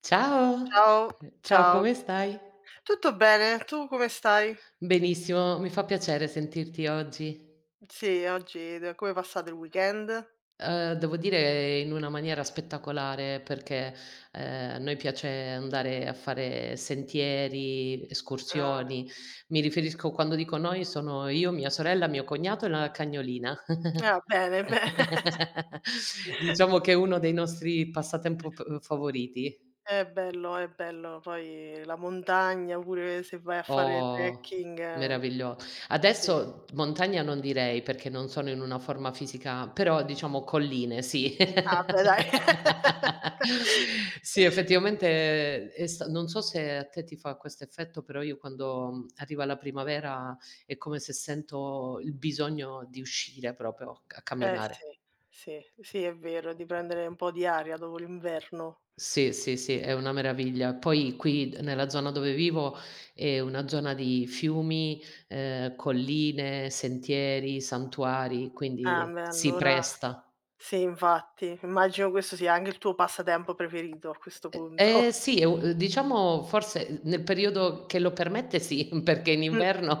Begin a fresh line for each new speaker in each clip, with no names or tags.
Ciao,
Ciao,
ciao
ciao.
come stai?
Tutto bene, tu come stai?
Benissimo, mi fa piacere sentirti oggi.
Sì, oggi d come passate il weekend?
Devo dire in una maniera spettacolare perché, a noi piace andare a fare sentieri,
Ah,
escursioni. Mi riferisco quando dico noi sono io, mia sorella, mio cognato e la cagnolina.
ah bene, bene.
Diciamo che è uno dei nostri passatempo p favoriti.
È bello, è bello. Poi la montagna pure se vai a fare
Oh,
trekking,
meraviglio
sì.
adesso montagna non direi perché non sono in una forma fisica, però diciamo colline sì.
Ah beh dai.
Sì, effettivamente è sta non so se a te ti fa questo effetto, però io quando, arriva la primavera è come se sento il bisogno di uscire proprio a
Eh
camminare.
sì, sì, sì è vero, di prendere un po' di aria dopo l'inverno.
Sì, sì, sì, è una meraviglia. Poi qui d nella zona dove vivo è una zona di fiumi, colline, sentieri, santuari,
Ah
quindi
beh
si
allora
presta.
sì infatti, immagino questo sia anche il tuo passatempo preferito a questo
E
punto.
eh sì, è u diciamo forse nel periodo che lo permette sì, perché in inverno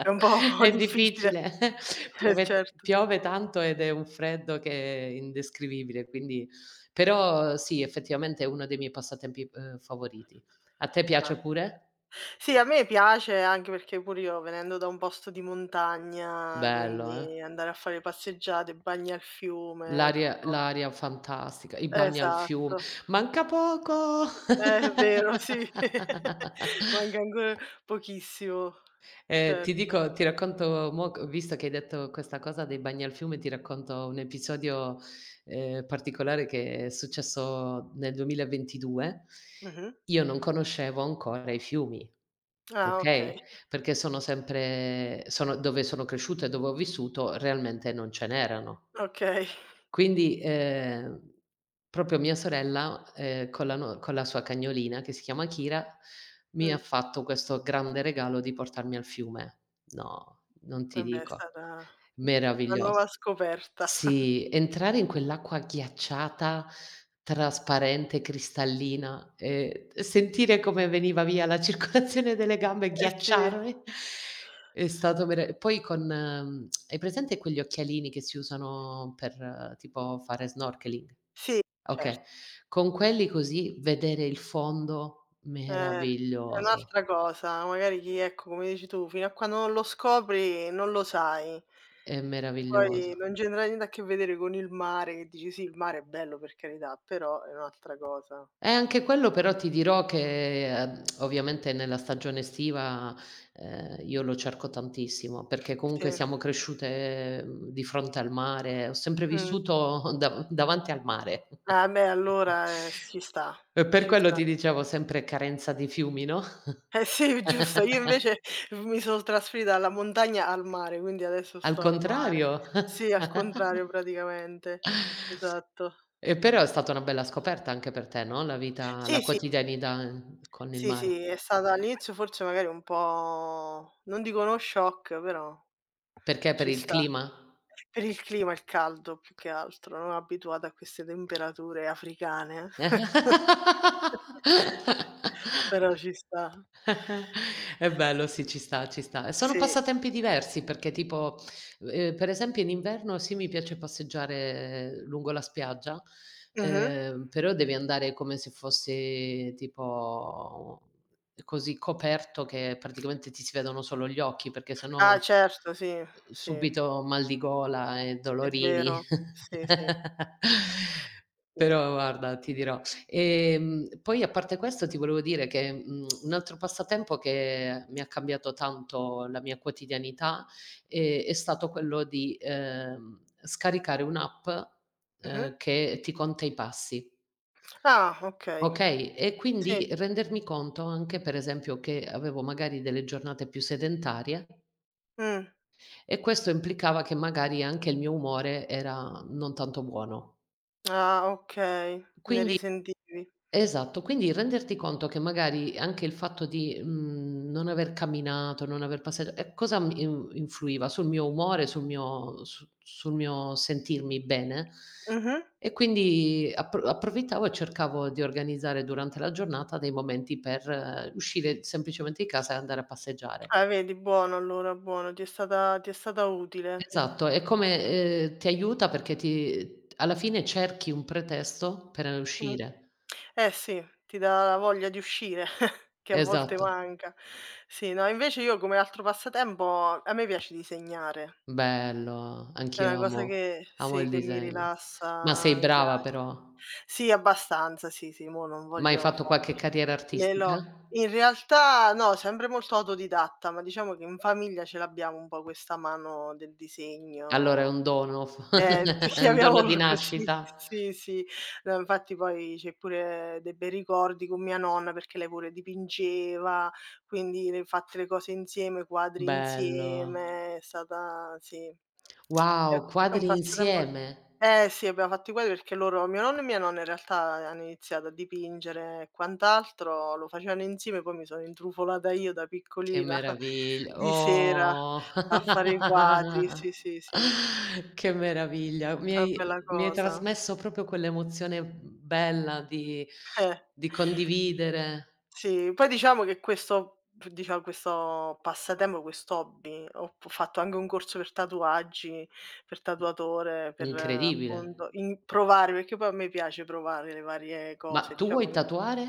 È un po'
è
difficile.
difficile. Piove
Certo.
piove tanto ed è un freddo che è indescrivibile, quindi però sì, effettivamente è uno dei miei passatempi, favoriti. A te
Ah.
piace pure?
Sì, a me piace anche perché pure io venendo da un posto di montagna,
Bello, eh.
quindi andare a fare passeggiate, bagni al fiume,
L'aria
tutto
l'aria fantastica, i bagni al fiume.
esatto.
Manca poco!
È vero, sì. Manca ancora pochissimo.
Ehm, ti
Certo.
dico ti racconto mo c visto che hai detto questa cosa dei bagni al fiume, ti racconto un episodio, particolare che è successo nel 2022.
Mh-mh.
Io non conoscevo ancora i fiumi,
Ah, okay,
okay, perché sono dove sono cresciuta e dove ho vissuto realmente non ce n'erano.
okay.
Quindi, proprio mia sorella, con la no con la sua cagnolina che si chiama Kira, mi ha
Mh.
fatto questo grande regalo di portarmi al fiume. No, non ti
Eh beh, è
dico.
stata una
Meraviglioso.
nuova scoperta.
Sì, entrare in quell'acqua ghiacciata, trasparente, cristallina e sentire come veniva via la circolazione delle gambe,
Eh sì,
ghiacciarmi è stato vera poi con hai presente quegli occhialini che si usano per tipo fare snorkeling?
sì, cer
Okay, con quelli così vedere il fondo
eh, è
meraviglioso,
un'altra cosa. Magari chi ecco, come dici tu, fino a quando non lo scopri non lo sai.
è
Poi
meraviglioso.
non c'entra niente a che vedere con il mare, che dici: "Sì, il mare è bello per carità", però è un'altra cosa.
Anche quello però ti dirò che, ovviamente nella stagione estiva, io lo cerco tantissimo, perché comunque
Sì,
siamo cresciute, di fronte al mare, ho sempre
mh.
vissuto da davanti al mare.
Ah beh, allora, ci sta,
E per
ci
quello
sta.
ti dicevo sempre carenza di fiumi, no,
Eh sì, giusto. Io invece mi sono trasferita dalla montagna al mare, quindi adesso
al
sto al mare.
contrario.
Sì, al contrario praticamente. Esatto.
E però è stata una bella scoperta anche per te, no,
Sì,
la
sì.
quotidianità con il
Sì,
mare.
sì, è stata all'inizio forse magari un po' non dico uno shock, però
Perché, per
ci
il
sta.
clima?
Per il clima, il caldo più che altro, non abituata a queste temperature africane. Però ci sta.
È bello, sì, ci sta, ci sta. E sono
Sì.
passatempi diversi perché tipo, per esempio in inverno sì, mi piace passeggiare lungo la spiaggia,
Mh-mh.
però devi andare come se fossi tipo così coperto che praticamente ti si vedono solo gli occhi perché se no,
Ah certo, sì, sì, è
subito mal di gola e dolorini.
vero. Sì, sì, sì.
Però guarda, ti dirò. Poi a parte questo ti volevo dire che, un altro passatempo che mi ha cambiato tanto la mia quotidianità, è stato quello di, scaricare un'app,
Mh-mh.
che ti conta i passi.
Ah okay,
Okay? E
sì.
quindi rendermi conto anche, per esempio, che avevo magari delle giornate più sedentarie
Mh.
e questo implicava che magari anche il mio umore era non tanto buono.
Ah okay, ne
Quindi
risentivi.
Esatto, quindi renderti conto che magari anche il fatto di, non aver camminato, non aver passeggia e cosa mi in influiva? Sul mio umore, sul mio sentirmi bene
Mh-mh.
e quindi approfittavo e cercavo di organizzare durante la giornata dei momenti per uscire semplicemente di casa e andare a passeggiare.
Ah vedi, buono allora, buono, ti è stata utile.
Esatto, è come ti aiuta perché ti alla fine cerchi un pretesto per
Mh.
uscire.
Eh sì, ti dà la voglia di uscire che a volte
Esatto.
manca. Sì, no, invece io come altro passatempo a me piace disegnare.
Bello,
È una
anch'io
cosa
amo
che
amo
sì,
il
che mi
disegno. Ma
rilassa,
sei
mi
brava
piace.
però.
Sì, abbastanza, sì, sì, mo non
Ma hai
voglio
fatto qualche
farmi
carriera
le
artistica?
lo in realtà no, sempre molto autodidatta, ma diciamo che in famiglia ce l'abbiamo un po' questa mano del
Allora è
disegno.
un dono, f
Sì,
è un dono
chiamiamolo
di
così.
nascita.
Sì, sì. No, infatti poi c'è pure dei bei ricordi con mia nonna, perché lei pure dipingeva, quindi le fatte le cose insieme, quadri
Bello.
insieme, è stata sì, è
Wow,
è un
quadri
passatempo.
insieme?
Eh sì, abbiamo fatto i quadri perché loro mio nonno e mia nonna in realtà hanno iniziato a dipingere e quant'altro, lo facevano insieme, poi mi sono intrufolata io da
Che
piccolina
meraviglia.
di sera
Oh.
a fare i quadri. Sì, sì, sì.
Che meraviglia. Mi
Una bella
hai mi hai
cosa.
trasmesso proprio quell'emozione bella di
Eh,
di condividere.
sì. Poi diciamo che questo f diciamo questo passatempo, quest'hobby ho p fatto anche un corso per tatuaggi, per tatuatore, per
Incredibile.
appunto in provare, perché poi a me piace provare le varie
Ma
cose,
tu
diciamo
vuoi
che
tatuare?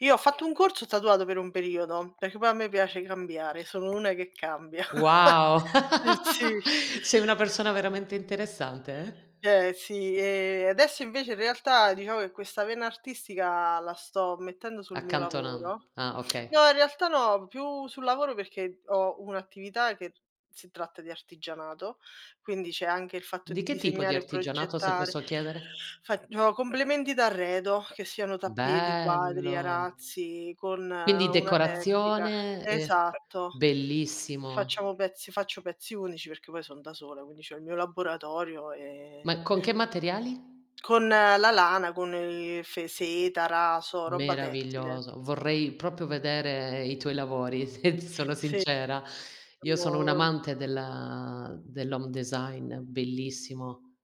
io ho fatto un corso, ho tatuato per un periodo, perché poi a me piace cambiare, sono una che cambia.
Wow!
Eh sì.
Sei una persona veramente interessante, eh.
Eh sì, adesso invece in realtà diciamo che questa vena artistica la sto mettendo sul mio
Accantonando.
lavoro.
Ah, okay.
No, in realtà no, più sul lavoro perché ho un'attività che si tratta di artigianato, quindi c'è anche il fatto
Di
di
che tipo di
disegnare,
artigianato, se
progettare.
posso chiedere?
Faccio complementi d'arredo, che siano tappeti, quadri,
Bello!
arazzi, con
Quindi
una tecnica.
decorazione,
Esatto.
bellissimo.
Facciamo pezzi faccio pezzi unici perché poi son da sola, quindi c'ho il mio laboratorio,
Ma con che materiali?
con la lana, con il fe seta, raso, roba tessile.
Meraviglioso. Vorrei proprio vedere i tuoi lavori, se ti sono
Sì,
sincera. Io sono
tipo
un'amante della dell'home design, bellissimo.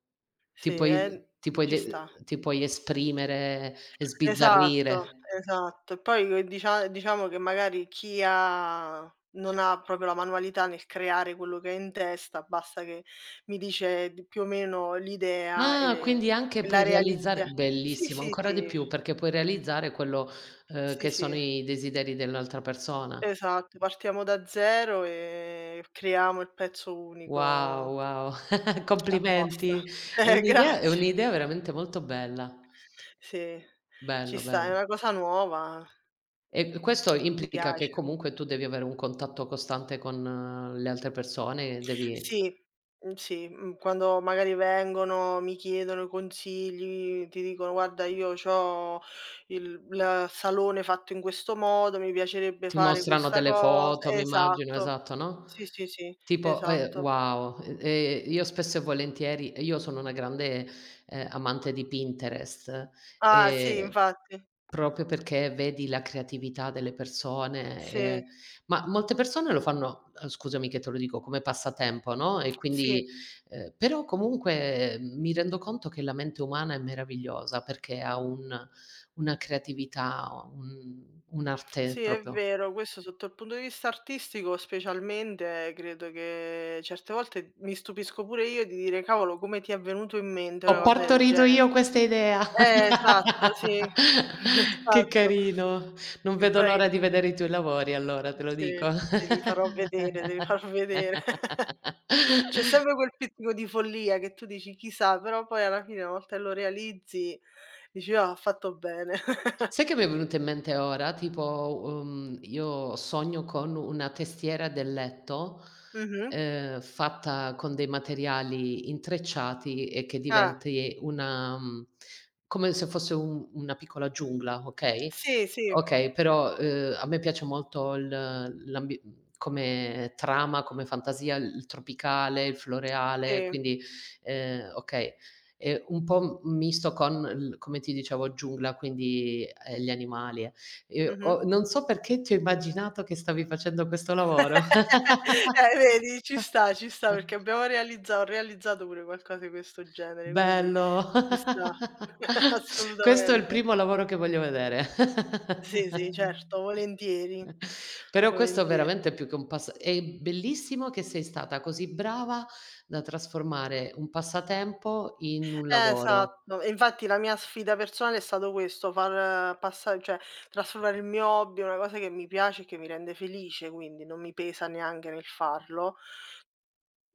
sì,
Ti puoi ti puoi
ci
de
sta.
ti puoi esprimere e
Esatto,
sbizzarrire.
esatto. E poi che dicia diciamo che magari chi ha non ha proprio la manualità nel creare quello che ha in testa, basta che mi dice d più o meno l'idea
Ah,
e
quindi anche
la
puoi realizzare
realizza. Sì,
bellissimo,
sì,
ancora di
sì,
più, perché puoi realizzare quello,
sì,
che sono
sì,
i desideri dell'altra persona.
esatto. Partiamo da 0 e creiamo il pezzo
Wow,
unico
wow,
apposta.
complimenti. È un'idea è
Grazie.
un'idea veramente molto bella.
Sì, ci
Bello,
sta, è
bello.
una cosa nuova,
E questo
mi
implica che
piace.
comunque tu devi avere un contatto costante con le altre persone, devi
Sì, sì, quando magari vengono, mi chiedono consigli, ti dicono: "Guarda io c'ho il la salone fatto in questo modo, mi piacerebbe
Ti
fare
mostrano
questa
delle
cosa"
foto, mi immagino,
esatto.
esatto, no,
Sì, sì, sì,
tipo
esatto.
wow, io spesso e volentieri io sono una grande, amante di Pinterest,
Ah sì,
ehm,
infatti.
proprio perché vedi la creatività delle persone,
Sì,
ma molte persone lo fanno, scusami che te lo dico, come passatempo, no, e
sì.
quindi però comunque mi rendo conto che la mente umana è meravigliosa perché ha un una creatività, un'arte
Sì, è
proprio.
vero, questo sotto il punto di vista artistico specialmente credo che certe volte mi stupisco pure io di dire: "Cavolo, come ti è venuto in mente una
Ho
cosa del
partorito
genere?"
io questa idea.
Esatto, sì,
Che
esatto.
carino. Non
E
vedo
poi
l'ora di vedere i tuoi lavori allora, te lo dico.
sì, te li farò vedere, te li farò vedere. C'è sempre quel pizzico di follia che tu dici: "Chissà", però poi alla fine una volta che lo realizzi dici: "Ah, ho fatto bene".
Sai che mi è venuto in mente ora? Tipo, io sogno con una testiera del letto,
Mh-mh.
fatta con dei materiali intrecciati e che
Ah,
diventi una come se fosse un una piccola giungla, okay,
sì, sì,
Okay, però, a me piace molto come trama, come fantasia, il tropicale, il floreale,
sì,
quindi, okay. Un po' m misto con l come ti dicevo giungla, quindi, gli animali. Eh. E
mh-mh.
ho Non so perché ti ho immaginato che stavi facendo questo lavoro.
Vedi, ci sta perché abbiamo realizza ho realizzato pure qualcosa di questo genere, quindi
Bello.
ci sta.
Questo è il
Assolutamente.
primo lavoro che voglio vedere.
Sì, sì, certo, volentieri,
Però questo
volentieri.
veramente è più che un passa è bellissimo che sei stata così brava da trasformare un passatempo in un lavoro.
Esatto. E infatti la mia sfida personale è stato questo, far passa cioè trasformare il mio hobby, in una cosa che mi piace e che mi rende felice, quindi non mi pesa neanche nel farlo,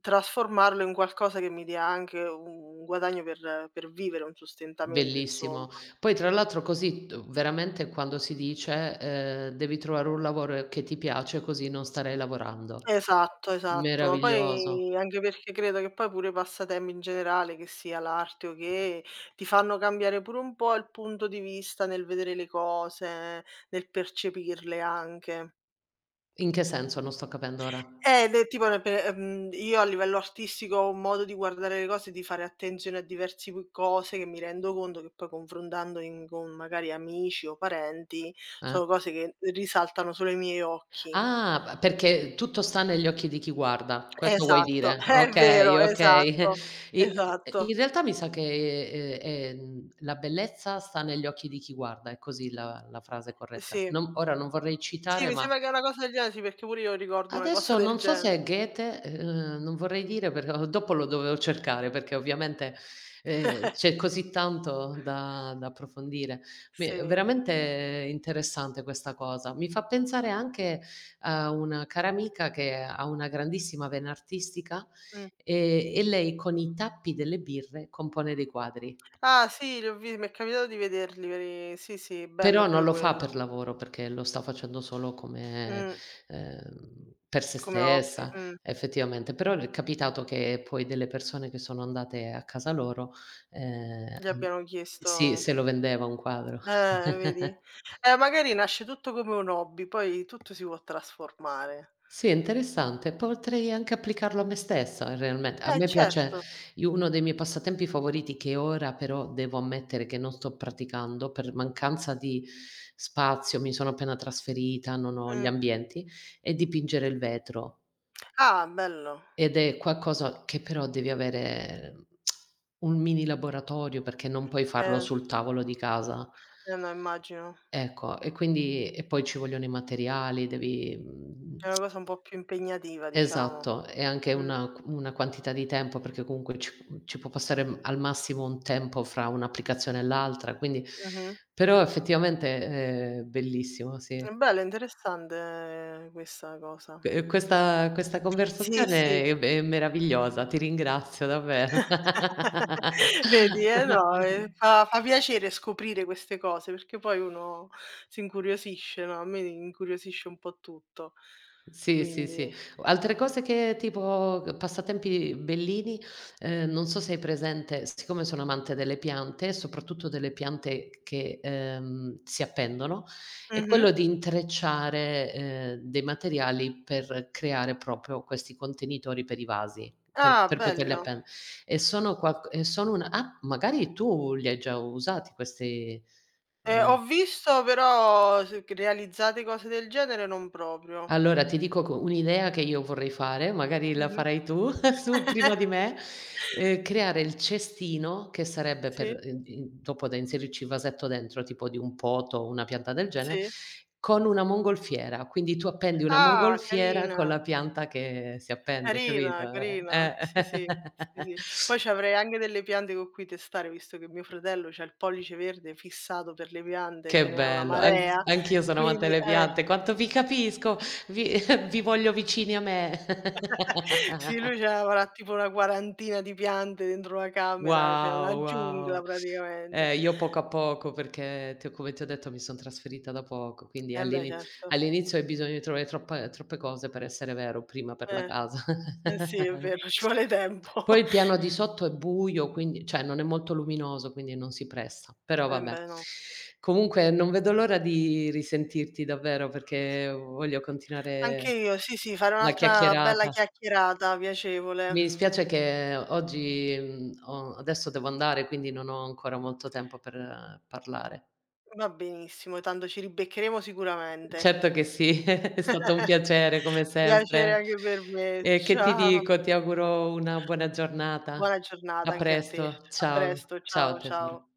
trasformarlo in qualcosa che mi dia anche un guadagno per vivere, un sostentamento insomma.
Bellissimo. Poi tra l'altro così t veramente quando si dice: "Devi trovare un lavoro che ti piace così non starai lavorando."
Esatto, esatto, ma
Meraviglioso.
poi anche perché credo che poi pure i passatempi in generale, che sia l'arte o che, ti fanno cambiare pure un po' il punto di vista nel vedere le cose, nel percepirle anche.
In che senso? Non sto capendo ora.
De tipo ne pe io a livello artistico ho un modo di guardare le cose, di fare attenzione a diversi p cose che mi rendo conto che poi con magari amici o parenti,
Eh?
sono cose che risaltano solo ai miei occhi.
Ah, b perché tutto sta negli occhi di chi guarda, questo vuoi
Esatto,
dire?
è
Okay,
vero,
okay.
esatto,
I
esatto,
in realtà mi sa che, la bellezza sta negli occhi di chi guarda, è così la frase corretta.
sì.
Non ora non vorrei
Sì,
citare,
mi
ma
sembra che è una cosa del genere, sì, perché pure io ricordo una cosa
Adesso
del
non so se
genere.
è Goethe, non vorrei dire perché o dopo lo dovevo cercare, perché ovviamente, c'è così tanto da approfondire. Mi
Sì,
Veramente interessante questa cosa. Mi fa pensare anche a una cara amica che ha una grandissima vena artistica,
mh.
e lei con i tappi delle birre compone dei quadri.
Ah sì, li ho vi mi è capitato di vederli veri sì, sì, bello
Però non
pure
lo fa
quello.
per lavoro, perché lo sta facendo solo come
Mh,
per se
come hobby,
stessa, effettivamente. Però le è capitato che poi delle persone che sono andate a casa loro,
gli
han
abbiano
sì,
chiesto
se lo vendeva un quadro.
vedi? Magari nasce tutto come un hobby, poi tutto si può trasformare.
Sì, è interessante. Potrei anche applicarlo a me stessa realmente. A
Eh
me piace
certo,
io uno dei miei passatempi favoriti che ora però devo ammettere che non sto praticando per mancanza di spazio, mi sono appena trasferita, non ho gli
mh.
ambienti, è dipingere il vetro.
Ah bello,
Ed è qualcosa che però devi avere un mini laboratorio perché non puoi farlo
eh,
sul tavolo di casa.
eh no immagino.
Ecco, e poi ci vogliono i materiali, devi, mhmm
È una cosa un po' più impegnativa diciamo.
Esatto, e anche
Mh,
una quantità di tempo, perché comunque ci può passare, al massimo un tempo fra un'applicazione e l'altra, quindi
mh-mh.
però effettivamente è bellissimo, sì.
È bello, interessante questa cosa.
Questa
Sì, sì.
conversazione è meravigliosa, ti ringrazio davvero.
Vedi, no, fa piacere scoprire queste cose, perché poi uno si incuriosisce, no, a me incuriosisce un po' tutto.
Sì, sì, sì.
Quindi
Altre cose che tipo passatempi bellini, non so se hai presente siccome sono amante delle piante e soprattutto delle piante che, si appendono, è
mh-mh.
quello di intrecciare, dei materiali per creare proprio questi contenitori per i vasi, per
Ah,
per poterli
bello.
appen e sono una ah, magari tu li hai già usati questi,
Ho
ehm
visto però s che realizzate cose del genere non proprio.
Allora ti dico co un'idea che io vorrei fare, magari la
Mh-mh.
farai tu su prima di me, creare il cestino che sarebbe
Sì,
per in dopo da inserirci il vasetto dentro, tipo di un poto o una pianta
sì.
con una mongolfiera. Quindi tu appendi una
Ah,
mongolfiera con
carina.
la pianta che si appende, capito?
Carina, carina.
Eh.
Sì, sì, sì, sì. Poi ci avrei anche delle piante con cui testare, visto che mio fratello c'ha il pollice verde fissato per le piante, ce
Che
n'è una
bello,
marea,
anch'io sono amante
quindi
delle
eh.
piante, quanto vi capisco, vi vi voglio vicini a me.
Sì, lui ce avrà tipo una quarantina di piante dentro la camera, cioè una
Wow,
giungla
wow.
praticamente.
Io poco a poco perché ti ho come ti ho detto mi son trasferita da poco, quindi
Eh beh,
all'iniz
certo.
all'inizio hai bisogno di trovare troppa troppe cose per essere vero, prima per la
Eh,
casa.
eh sì, è vero, ci vuole tempo.
Poi il piano di sotto è buio, quindi cioè non è molto luminoso, quindi non si presta, però
Eh
vabbè.
beh, no.
Comunque non vedo l'ora di risentirti davvero perché voglio
Anche
continuare
io, sì, sì, fare
la
un'altra bella
chiacchierata.
chiacchierata piacevole.
Mi dispiace che oggi, mhmm, ho adesso devo andare, quindi non ho ancora molto tempo per parlare.
Va benissimo, tanto ci ribeccheremo sicuramente.
Certo che sì, è stato un piacere come
Piacere
sempre.
anche per me.
E che ti
Ciao.
dico, ti auguro una buona giornata.
Buona giornata
A
anche a te.
presto,
A
ciao.
presto.
Ciao
Ciao,
tesoro.
ciao.